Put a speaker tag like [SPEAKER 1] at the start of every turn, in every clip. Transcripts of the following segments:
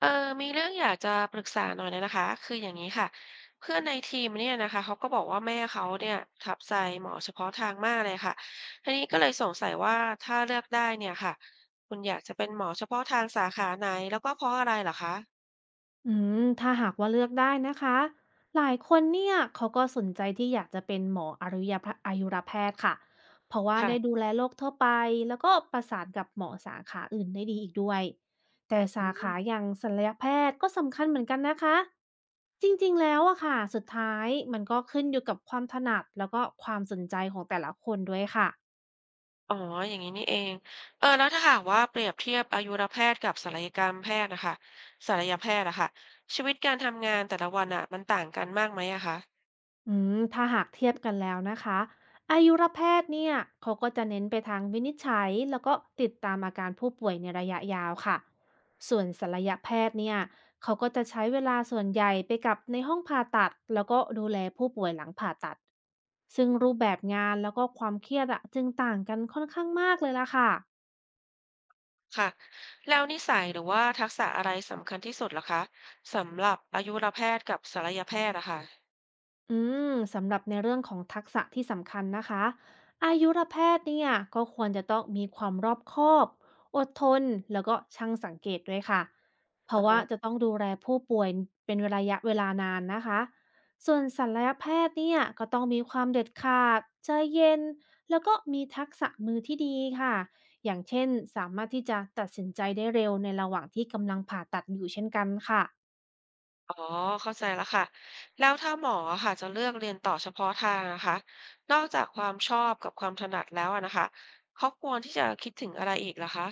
[SPEAKER 1] เออมีเรื่องอยากจะปรึกษาหน่อยเลยนะคะคืออย่างนี้ค่ะเพื่อนในทีมเนี่ยนะคะเขาก็บอกว่าแม่เขาเนี่ยทับใจหมอเฉพาะทางมากเลยค่ะทีนี้ก็เลยสงสัยว่าถ้าเลือกได้เนี่ยค่ะ คุณอยากจะเป็นหมอเฉพาะทางสาขาไหนแล้วก็เพราะอะไรเหรอคะ
[SPEAKER 2] อืถ้าหากว่าเลือกได้นะคะหลายคนเนี่ยเขาก็สนใจที่อยากจะเป็นหมออายุรพะอายุรแพทย์ค่ะเพราะว่าได้ดู
[SPEAKER 1] ค่ะ
[SPEAKER 2] แลโรคทั่วไปแล้วก็ประสานกับหมอสาขาอื่นได้ดีอีกด้วยแต่
[SPEAKER 1] อื
[SPEAKER 2] สา
[SPEAKER 1] ม
[SPEAKER 2] ขาอย่างศัลยแพทย์ก็สำคัญเหมือนกันนะคะจริงๆแล้วอะค่ะสุดท้ายมันก็ขึ้นอยู่กับความถนัดแล้วก็ความสนใจของแต่ละคนด้วยค่ะ
[SPEAKER 1] อ๋ออย่างนี้นี่เองเออแล้วถ้าหากว่าเปรียบเทียบอายุรแพทย์กับศัลยกรรมแพทย์นะคะศัลยแพทย์อะค่ะชีวิตการทำงานแต่ละวันอะมันต่างกันมากไหมอะคะ
[SPEAKER 2] ถ้าหากเทียบกันแล้วนะคะอายุรแพทย์เนี่ยเขาก็จะเน้นไปทางวินิจฉัยแล้วก็ติดตามอาการผู้ป่วยในระยะยาวค่ะส่วนศัลยแพทย์เนี่ยเขาก็จะใช้เวลาส่วนใหญ่ไปกับในห้องผ่าตัดแล้วก็ดูแลผู้ป่วยหลังผ่าตัดซึ่งรูปแบบงานแล้วก็ความเครียดอะจึงต่างกันค่อนข้างมากเลยล่ะค่ะ
[SPEAKER 1] ค่ะแล้วนิสัยหรือว่าทักษะอะไรสำคัญที่สุดล่ะคะสำหรับอายุรแพทย์กับศัลยแพทย์อะค่ะ
[SPEAKER 2] อืสำหรับในเรื่องของทักษะที่สำคัญนะคะอายุรแพทย์เนี่ยก็ควรจะต้องมีความรอบคอบอดทนแล้วก็ช่างสังเกตด้วยค่ะเพ
[SPEAKER 1] อื
[SPEAKER 2] ราะ
[SPEAKER 1] อ
[SPEAKER 2] ว่า
[SPEAKER 1] ฮะ
[SPEAKER 2] จะต้องดูแลผู้ป่วยเป็นระยะเวลานานนะคะส่วนศัลยแพทย์เนี่ยก็ต้องมีความเด็ดขาดใจเย็นแล้วก็มีทักษะมือที่ดีค่ะอย่างเช่นสามารถที่จะตัดสินใจได้เร็วในระหว่างที่กำลังผ่าตัดอยู่เช่นกันค่ะ
[SPEAKER 1] อ๋อเข้าใจแล้วค่ะแล้วถ้าหมออะค่ะจะเลือกเรียนต่อเฉพาะทางนะคะนอกจากความชอบกับความถนัดแล้วอะนะคะเขาควรที่จะคิดถึงอะไรอีกล่ะคะ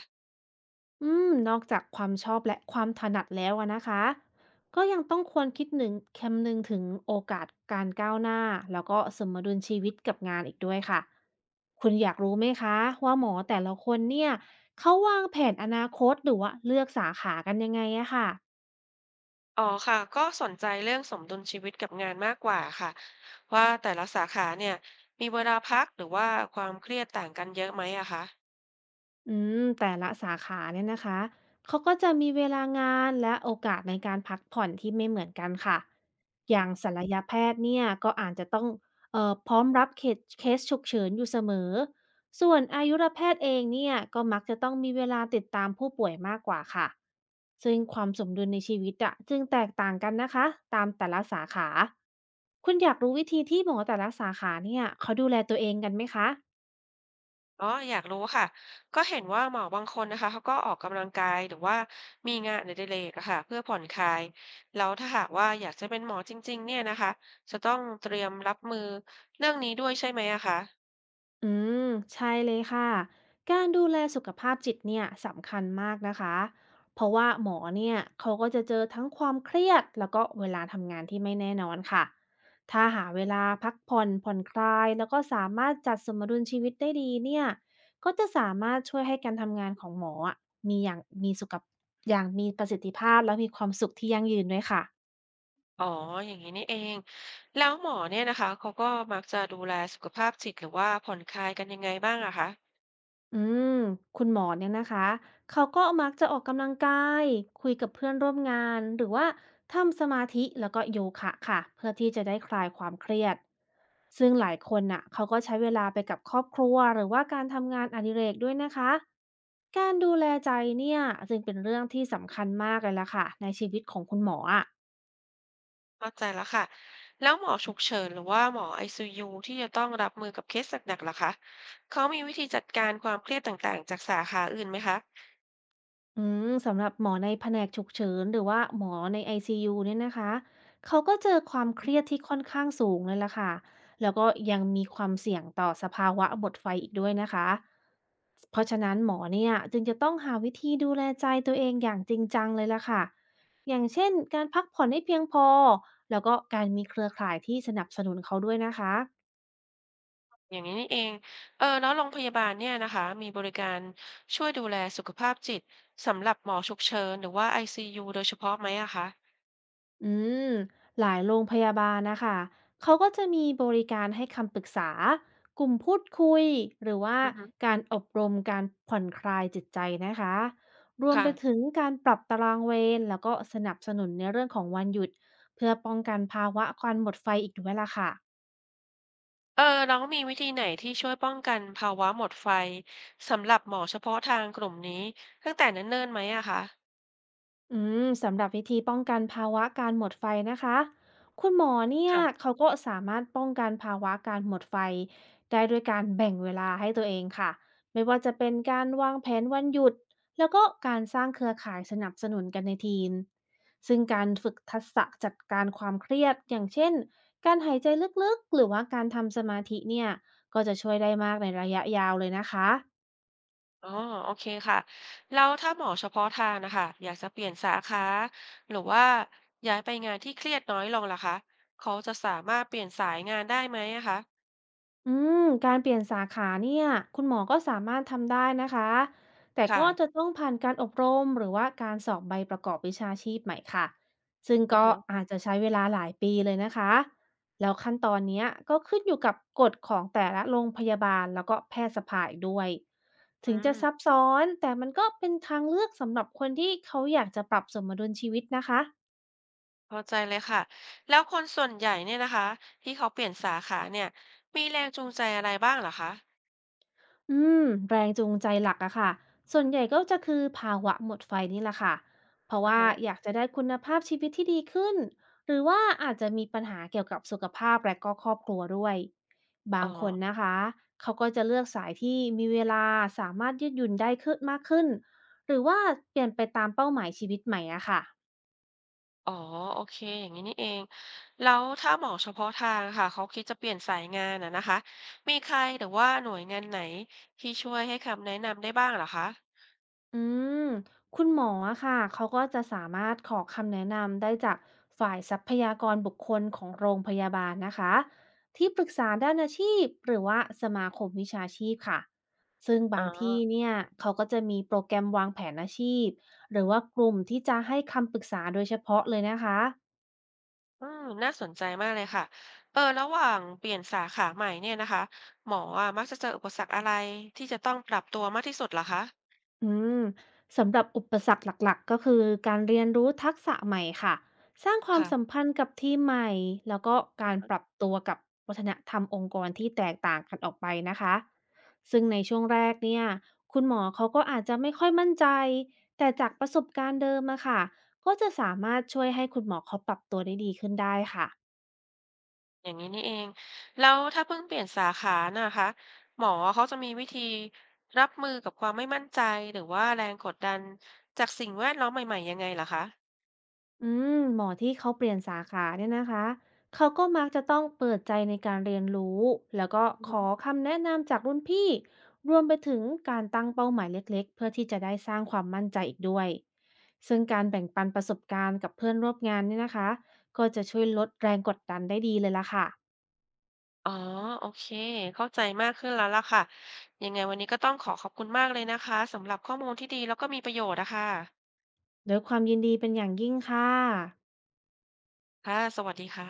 [SPEAKER 2] นอกจากความชอบและความถนัดแล้วอะนะคะก็ยังต้องควรคิดหนึ่งคำนึงถึงโอกาสการก้าวหน้าแล้วก็สมดุลชีวิตกับงานอีกด้วยค่ะคุณอยากรู้ไหมคะว่าหมอแต่ละคนเนี่ยเขาวางแผนอนาคตหรือว่าเลือกสาขากันยังไงอะค่ะ
[SPEAKER 1] อ๋อค่ะก็สนใจเรื่องสมดุลชีวิตกับงานมากกว่าค่ะว่าแต่ละสาขาเนี่ยมีเวลาพักหรือว่าความเครียดต่างกันเยอะไหมอะคะ
[SPEAKER 2] อืแต่ละสาขาเนี่ยนะคะเขาก็จะมีเวลางานและโอกาสในการพักผ่อนที่ไม่เหมือนกันค่ะอย่างศัลยแพทย์เนี่ยก็อาจจะต้องพร้อมรับเคสฉุกเฉินอยู่เสมอส่วนอายุรแพทย์เองเนี่ยก็มักจะต้องมีเวลาติดตามผู้ป่วยมากกว่าค่ะซึ่งความสมดุลในชีวิตอะจึงแตกต่างกันนะคะตามแต่ละสาขา คุณอยากรู้วิธีที่หมอแต่ละสาขาเนี่ยเขาดูแลตัวเองกันไหมคะ
[SPEAKER 1] อ๋ออยากรู้ค่ะก็เห็นว่าหมอบางคนนะคะเขาก็ออกกำลังกายหรือว่ามีงานอดิเรกอะค่ะเพื่อผ่อนคลายแล้วถ้าหากว่าอยากจะเป็นหมอจริงๆเนี่ยนะคะจะต้องเตรียมรับมือเรื่องนี้ด้วยใช่ไหมอะคะ
[SPEAKER 2] อืมใช่เลยค่ะการดูแลสุขภาพจิตเนี่ยสำคัญมากนะคะเพราะว่าหมอเนี่ยเขาก็จะเจอทั้งความเครียดแล้วก็เวลาทำงานที่ไม่แน่นอนค่ะถ้าหาเวลาพักผ่อนผ่อนคลายแล้วก็สามารถจัดสมดุลชีวิตได้ดีเนี่ยก็จะสามารถช่วยให้การทำงานของหมออะมีอย่างมีสุขภาพอย่างมีประสิทธิภาพและมีความสุขที่ยั่งยืนด้วยค่ะ
[SPEAKER 1] อ๋ออย่างนี้นี่เองแล้วหมอเนี่ยนะคะเขาก็มักจะดูแลสุขภาพจิตหรือว่าผ่อนคลายกันยังไงบ้างอะคะ
[SPEAKER 2] อืมคุณหมอเนี่ยนะคะเขาก็มักจะออกกำลังกายคุยกับเพื่อนร่วมงาน หรือว่าทำสมาธิแล้วก็โยคะค่ะ เพื่อที่จะได้คลายความเครียด ซึ่งหลายคนน่ะเขาก็ใช้เวลาไปกับครอบครัวหรือว่าการทำงานอดิเรกด้วยนะคะ การดูแลใจเนี่ยจึงเป็นเรื่องที่สำคัญมากเลยล่ะค่ะในชีวิตของคุณหมออะ
[SPEAKER 1] เข้าใจแล้วค่ะแล้วหมอฉุกเฉินหรือว่าหมอไอซยูที่จะต้องรับมือกับเคสหนักๆล่ะคะเขามีวิธีจัดการความเครียดต่างๆจากสาขาอื่นไหมคะ
[SPEAKER 2] สำหรับหมอในแผนกฉุกเฉินหรือว่าหมอใน ICU เนี่ยนะคะ เขาก็เจอความเครียดที่ค่อนข้างสูงเลยล่ะค่ะ แล้วก็ยังมีความเสี่ยงต่อสภาวะหมดไฟอีกด้วยนะคะ เพราะฉะนั้นหมอเนี่ยจึงจะต้องหาวิธีดูแลใจตัวเองอย่างจริงจังเลยล่ะค่ะ อย่างเช่นการพักผ่อนให้เพียงพอ แล้วก็การมีเครือข่ายที่สนับสนุนเขาด้วยนะคะ
[SPEAKER 1] อย่างนี้นี่เองเออแล้วโรงพยาบาลเนี่ยนะคะมีบริการช่วยดูแลสุขภาพจิตสำหรับหมอฉุกเฉินหรือว่า i c ูโดยเฉพาะไหมอะคะ
[SPEAKER 2] อืมหลายโรงพยาบาลนะคะ เขาก็จะมีบริการให้คำปรึกษา กลุ่มพูดคุย หรือว่า
[SPEAKER 1] อือฮึ
[SPEAKER 2] การอบรมการผ่อนคลายจิตใจนะคะ รวม
[SPEAKER 1] ค่ะ
[SPEAKER 2] ไปถึงการปรับตารางเวรแล้วก็สนับสนุนในเรื่องของวันหยุดเพื่อป้องกันภาวะการหมดไฟอีกด้วยล่ะค่ะ
[SPEAKER 1] เออแล้วมีวิธีไหนที่ช่วยป้องกันภาวะหมดไฟสำหรับหมอเฉพาะทางกลุ่มนี้ตั้งแต่เนิ่นๆไหมอะคะ
[SPEAKER 2] สำหรับวิธีป้องกันภาวะการหมดไฟนะคะคุณหมอเนี่ย
[SPEAKER 1] ค่ะ
[SPEAKER 2] เขาก็สามารถป้องกันภาวะการหมดไฟได้ด้วยการแบ่งเวลาให้ตัวเองค่ะไม่ว่าจะเป็นการวางแผนวันหยุดแล้วก็การสร้างเครือข่ายสนับสนุนกันในทีมซึ่งการฝึกทักษะจัดการความเครียดอย่างเช่นการหายใจลึกๆหรือว่าการทำสมาธิเนี่ยก็จะช่วยได้มากในระยะยาวเลยนะคะ
[SPEAKER 1] อ๋อโอเคค่ะแล้วถ้าหมอเฉพาะทางนะคะอยากจะเปลี่ยนสาขาหรือว่าย้ายไปงานที่เครียดน้อยลงล่ะคะเขาจะสามารถเปลี่ยนสายงานได้ไหมอะคะ
[SPEAKER 2] อืมการเปลี่ยนสาขาเนี่ยคุณหมอก็สามารถทำได้นะคะแต่
[SPEAKER 1] ค่ะ
[SPEAKER 2] ก็จะต้องผ่านการอบรมหรือว่าการสอบใบประกอบวิชาชีพใหม่ค่ะซึ่ง
[SPEAKER 1] อะ
[SPEAKER 2] ก็
[SPEAKER 1] ฮะ
[SPEAKER 2] อาจจะใช้เวลาหลายปีเลยนะคะแล้วขั้นตอนเนี้ยก็ขึ้นอยู่กับกฎของแต่ละโรงพยาบาลแล้วก็แพทย์สภาอีกด้วย
[SPEAKER 1] อื
[SPEAKER 2] ถึงจะ
[SPEAKER 1] ม
[SPEAKER 2] ซับซ้อนแต่มันก็เป็นทางเลือกสำหรับคนที่เขาอยากจะปรับสมดุลชีวิตนะคะ
[SPEAKER 1] เข้าใจเลยค่ะแล้วคนส่วนใหญ่เนี่ยนะคะที่เขาเปลี่ยนสาขาเนี่ยมีแรงจูงใจอะไรบ้างเหรอคะ
[SPEAKER 2] อืมแรงจูงใจหลักอะค่ะส่วนใหญ่ก็จะคือภาวะหมดไฟนี่แหละค่ะ เพราะ
[SPEAKER 1] อือ
[SPEAKER 2] ว่า
[SPEAKER 1] ฮะ
[SPEAKER 2] อยากจะได้คุณภาพชีวิตที่ดีขึ้น หรือว่าอาจจะมีปัญหาเกี่ยวกับสุขภาพและก็ครอบครัวด้วย บา
[SPEAKER 1] อ๋อ
[SPEAKER 2] งคนนะคะเขาก็จะเลือกสายที่มีเวลาสามารถยืดหยุ่นได้ขึ้นมากขึ้น หรือว่าเปลี่ยนไปตามเป้าหมายชีวิตใหม่อะค่ะ
[SPEAKER 1] อ๋อโอเคอย่างนี้นี่เองแล้วถ้าหมอเฉพาะทางค่ะเขาคิดจะเปลี่ยนสายงานอะนะคะมีใครหรือว่าหน่วยงานไหนที่ช่วยให้คำแนะนำได้บ้างเหรอคะ
[SPEAKER 2] อืมคุณหมออะค่ะเขาก็จะสามารถขอคำแนะนำได้จากฝ่ายทรัพยากรบุคคลของโรงพยาบาลนะคะที่ปรึกษาด้านอาชีพหรือว่าสมาคมวิชาชีพค่ะซึ่ง
[SPEAKER 1] อ๋อ
[SPEAKER 2] บางที่เนี่ยเขาก็จะมีโปรแกรมวางแผนอาชีพหรือว่ากลุ่มที่จะให้คำปรึกษาโดยเฉพาะเลยนะคะ
[SPEAKER 1] อืมน่าสนใจมากเลยค่ะเออระหว่างเปลี่ยนสาขาใหม่เนี่ยนะคะหมออะมักจะเจออุปสรรคอะไรที่จะต้องปรับตัวมากที่สุดเหรอคะ
[SPEAKER 2] อืมสำหรับอุปสรรคหลักๆก็คือการเรียนรู้ทักษะใหม่ค่ะสร้างความสัม
[SPEAKER 1] ค่ะ
[SPEAKER 2] พันธ์กับทีมใหม่แล้วก็การปรับตัวกับวัฒนธรรมองค์กรที่แตกต่างกันออกไปนะคะซึ่งในช่วงแรกเนี่ยคุณหมอเขาก็อาจจะไม่ค่อยมั่นใจแต่จากประสบการณ์เดิมอะค่ะก็จะสามารถช่วยให้คุณหมอเขาปรับตัวได้ดีขึ้นได้ค่ะ
[SPEAKER 1] อย่างนี้นี่เอง แล้วถ้าเพิ่งเปลี่ยนสาขาน่ะคะหมอเขาจะมีวิธีรับมือกับความไม่มั่นใจหรือว่าแรงกดดันจากสิ่งแวดล้อมใหม่ๆยังไงล่ะคะ
[SPEAKER 2] อืมหมอที่เขาเปลี่ยนสาขาเนี่ยนะคะเขาก็มักจะต้องเปิดใจในการเรียนรู้แล้วก็
[SPEAKER 1] อือ
[SPEAKER 2] ข
[SPEAKER 1] ฮึ
[SPEAKER 2] อคำแนะนำจากรุ่นพี่รวมไปถึงการตั้งเป้าหมายเล็กๆเพื่อที่จะได้สร้างความมั่นใจอีกด้วยซึ่งการแบ่งปันประสบการณ์กับเพื่อนร่วมงานเนี่ยนะคะก็จะช่วยลดแรงกดดันได้ดีเลยล่ะค่ะ
[SPEAKER 1] อ๋อโอเคเข้าใจมากขึ้นแล้วล่ะค่ะยังไงวันนี้ก็ต้องขอขอบคุณมากเลยนะคะสำหรับข้อมูลที่ดีแล้วก็มีประโยชน์นะคะ
[SPEAKER 2] ด้วยความยินดีเป็นอย่างยิ่งค่ะ
[SPEAKER 1] ค่ะสวัสดีค่ะ